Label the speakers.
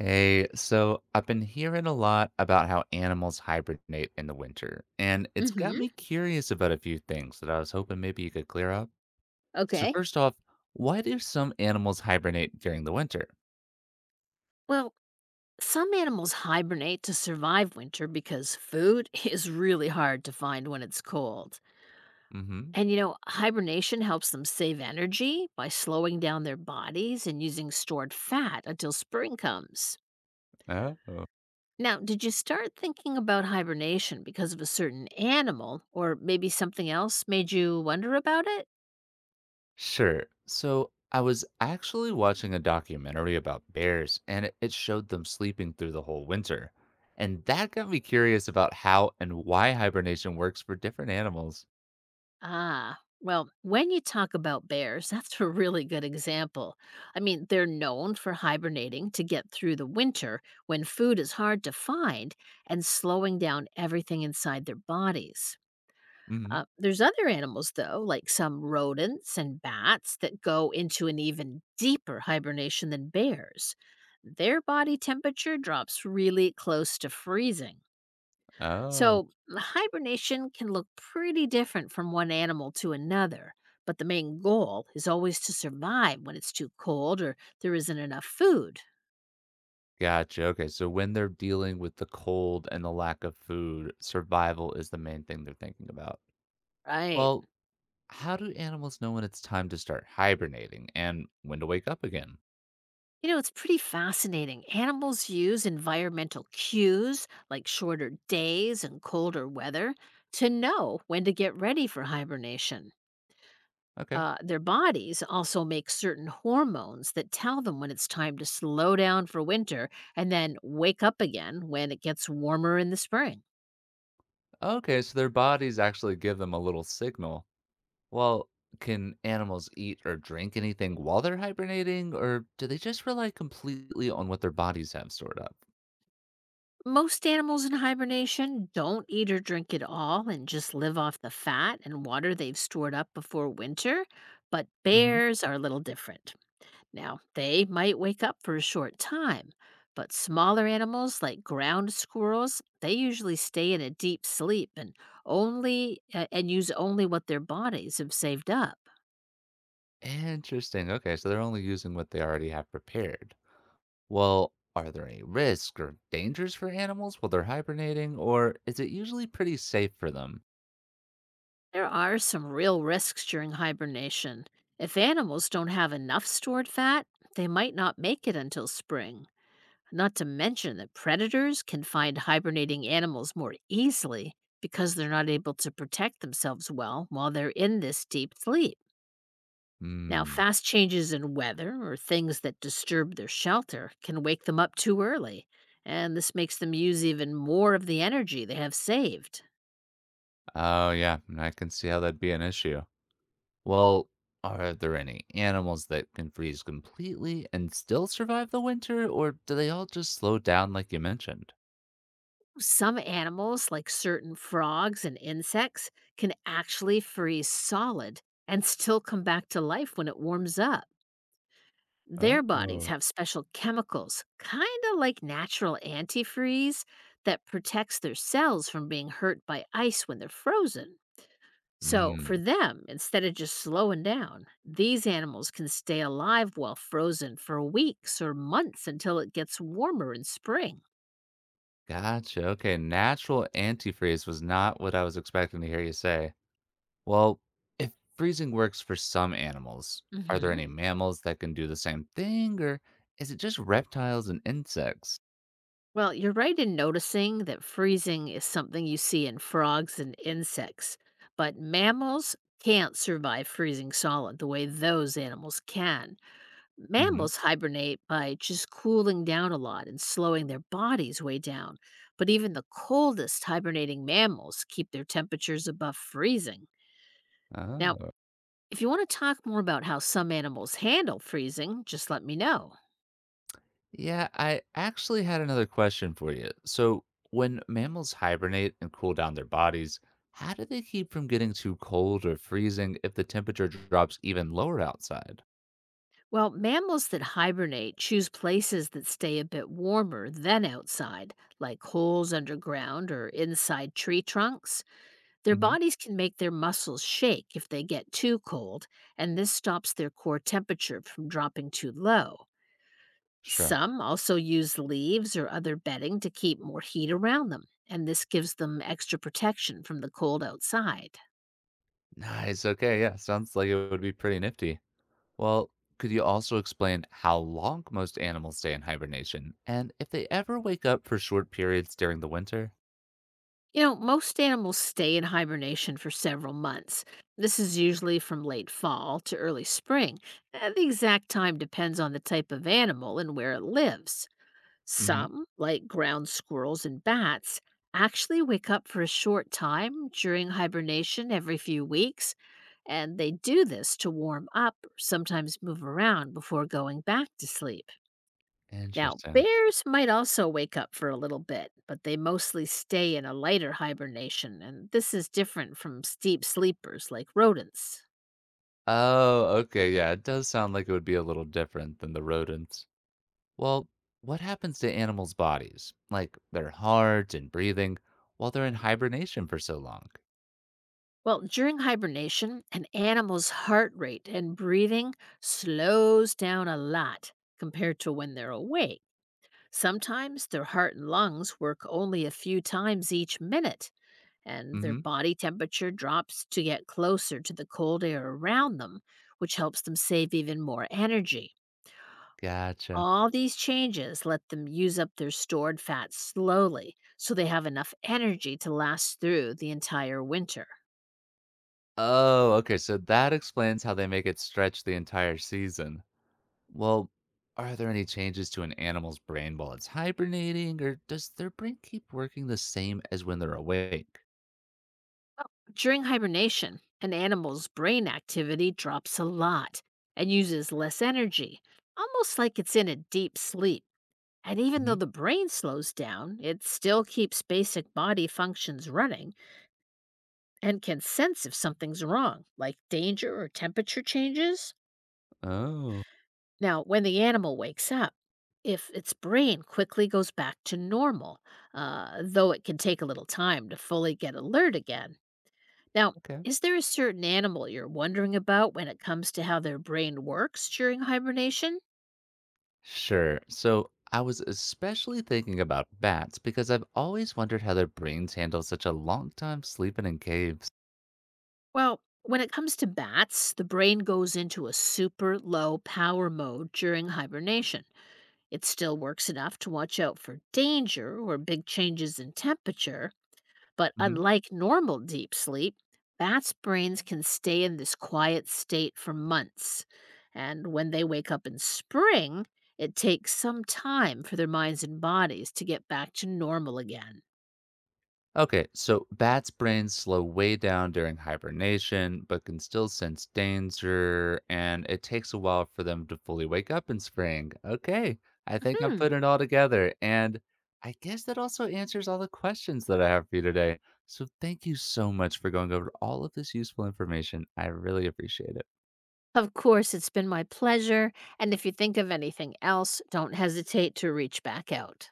Speaker 1: Hey, so I've been hearing a lot about how animals hibernate in the winter, and it's got
Speaker 2: Mhm.
Speaker 1: me curious about a few things that I was hoping maybe you could clear up. So
Speaker 2: Okay.
Speaker 1: first off, why do some animals hibernate during the winter?
Speaker 2: Well, some animals hibernate to survive winter because food is really hard to find when it's cold.
Speaker 1: Mm-hmm.
Speaker 2: And hibernation helps them save energy by slowing down their bodies and using stored fat until spring comes.
Speaker 1: Oh.
Speaker 2: Now, did you start thinking about hibernation because of a certain animal, or maybe something else made you wonder about it?
Speaker 1: Sure. So I was actually watching a documentary about bears, and it showed them sleeping through the whole winter. And that got me curious about how and why hibernation works for different animals.
Speaker 2: Ah, well, when you talk about bears, that's a really good example. I mean, they're known for hibernating to get through the winter when food is hard to find and slowing down everything inside their bodies.
Speaker 1: Mm-hmm.
Speaker 2: There's other animals, though, like some rodents and bats that go into an even deeper hibernation than bears. Their body temperature drops really close to freezing.
Speaker 1: Oh.
Speaker 2: So, hibernation can look pretty different from one animal to another, but the main goal is always to survive when it's too cold or there isn't enough food.
Speaker 1: Gotcha, okay, so when they're dealing with the cold and the lack of food, survival is the main thing they're thinking about.
Speaker 2: Right.
Speaker 1: Well, how do animals know when it's time to start hibernating and when to wake up again?
Speaker 2: You know, it's pretty fascinating. Animals use environmental cues like shorter days and colder weather to know when to get ready for hibernation.
Speaker 1: Okay.
Speaker 2: Their bodies also make certain hormones that tell them when it's time to slow down for winter and then wake up again when it gets warmer in the spring.
Speaker 1: Okay, so their bodies actually give them a little signal. Well, can animals eat or drink anything while they're hibernating, or do they just rely completely on what their bodies have stored up?
Speaker 2: Most animals in hibernation don't eat or drink at all and just live off the fat and water they've stored up before winter, but
Speaker 1: Hmm.
Speaker 2: bears are a little different. Now, they might wake up for a short time, but smaller animals like ground squirrels, they usually stay in a deep sleep and only and use only what their bodies have saved up.
Speaker 1: Interesting. Okay, so they're only using what they already have prepared. Well, are there any risks or dangers for animals while they're hibernating, or is it usually pretty safe for them?
Speaker 2: There are some real risks during hibernation. If animals don't have enough stored fat, they might not make it until spring. Not to mention that predators can find hibernating animals more easily because they're not able to protect themselves well while they're in this deep sleep. Now,
Speaker 1: Hmm.
Speaker 2: fast changes in weather or things that disturb their shelter can wake them up too early, and this makes them use even more of the energy they have saved.
Speaker 1: Oh, yeah, I can see how that'd be an issue. Well, are there any animals that can freeze completely and still survive the winter, or do they all just slow down like you mentioned?
Speaker 2: Some animals, like certain frogs and insects, can actually freeze solid and still come back to life when it warms up. Their bodies
Speaker 1: Oh.
Speaker 2: have special chemicals, kind of like natural antifreeze, that protects their cells from being hurt by ice when they're frozen. So, for
Speaker 1: Hmm.
Speaker 2: them, instead of just slowing down, these animals can stay alive while frozen for weeks or months until it gets warmer in spring.
Speaker 1: Gotcha. Okay, natural antifreeze was not what I was expecting to hear you say. Well, if freezing works for some animals, are there
Speaker 2: Hmm.
Speaker 1: any mammals that can do the same thing, or is it just reptiles and insects?
Speaker 2: Well, you're right in noticing that freezing is something you see in frogs and insects, but mammals can't survive freezing solid the way those animals can.
Speaker 1: Hmm.
Speaker 2: Mammals hibernate by just cooling down a lot and slowing their bodies way down, but even the coldest hibernating mammals keep their temperatures above freezing. Now,
Speaker 1: Oh.
Speaker 2: if you want to talk more about how some animals handle freezing, just let me know.
Speaker 1: Yeah, I actually had another question for you. So, when mammals hibernate and cool down their bodies, how do they keep from getting too cold or freezing if the temperature drops even lower outside?
Speaker 2: Well, mammals that hibernate choose places that stay a bit warmer than outside, like holes underground or inside tree trunks. Their
Speaker 1: Hmm.
Speaker 2: bodies can make their muscles shake if they get too cold, and this stops their core temperature from dropping too low.
Speaker 1: Sure.
Speaker 2: Some also use leaves or other bedding to keep more heat around them, and this gives them extra protection from the cold outside.
Speaker 1: Nice. Okay. Yeah. Sounds like it would be pretty nifty. Well, could you also explain how long most animals stay in hibernation and if they ever wake up for short periods during the winter?
Speaker 2: You know, most animals stay in hibernation for several months. This is usually from late fall to early spring. The exact time depends on the type of animal and where it lives.
Speaker 1: Hmm.
Speaker 2: Some, like ground squirrels and bats, actually wake up for a short time during hibernation every few weeks, and they do this to warm up or sometimes move around before going back to sleep. Now,
Speaker 1: Interesting.
Speaker 2: bears might also wake up for a little bit, but they mostly stay in a lighter hibernation, and this is different from steep sleepers like rodents.
Speaker 1: Oh, okay. Yeah, it does sound like it would be a little different than the rodents. Well, what happens to animals' bodies, like their heart and breathing, while they're in hibernation for so long?
Speaker 2: Well, during hibernation, an animal's heart rate and breathing slows down a lot compared to when they're awake. Sometimes their heart and lungs work only a few times each minute, and their
Speaker 1: Hmm.
Speaker 2: body temperature drops to get closer to the cold air around them, which helps them save even more energy.
Speaker 1: Gotcha.
Speaker 2: All these changes let them use up their stored fat slowly, so they have enough energy to last through the entire winter.
Speaker 1: Oh, okay. So that explains how they make it stretch the entire season. Well, are there any changes to an animal's brain while it's hibernating, or does their brain keep working the same as when they're awake?
Speaker 2: During hibernation, an animal's brain activity drops a lot and uses less energy, almost like it's in a deep sleep. And even though
Speaker 1: Hmm.
Speaker 2: the brain slows down, it still keeps basic body functions running and can sense if something's wrong, like danger or temperature changes.
Speaker 1: Oh,
Speaker 2: Now, when the animal wakes up, if its brain quickly goes back to normal, though it can take a little time to fully get alert again, Now,
Speaker 1: okay.
Speaker 2: is there a certain animal you're wondering about when it comes to how their brain works during hibernation?
Speaker 1: Sure. So I was especially thinking about bats because I've always wondered how their brains handle such a long time sleeping in caves.
Speaker 2: Well, when it comes to bats, the brain goes into a super low power mode during hibernation. It still works enough to watch out for danger or big changes in temperature, but unlike normal deep sleep, bats' brains can stay in this quiet state for months. And when they wake up in spring, it takes some time for their minds and bodies to get back to normal again.
Speaker 1: Okay, so bats' brains slow way down during hibernation, but can still sense danger, and it takes a while for them to fully wake up in spring. Okay, I think I'm
Speaker 2: Hmm.
Speaker 1: putting it all together, and I guess that also answers all the questions that I have for you today. So thank you so much for going over all of this useful information. I really appreciate it.
Speaker 2: Of course, it's been my pleasure. And if you think of anything else, don't hesitate to reach back out.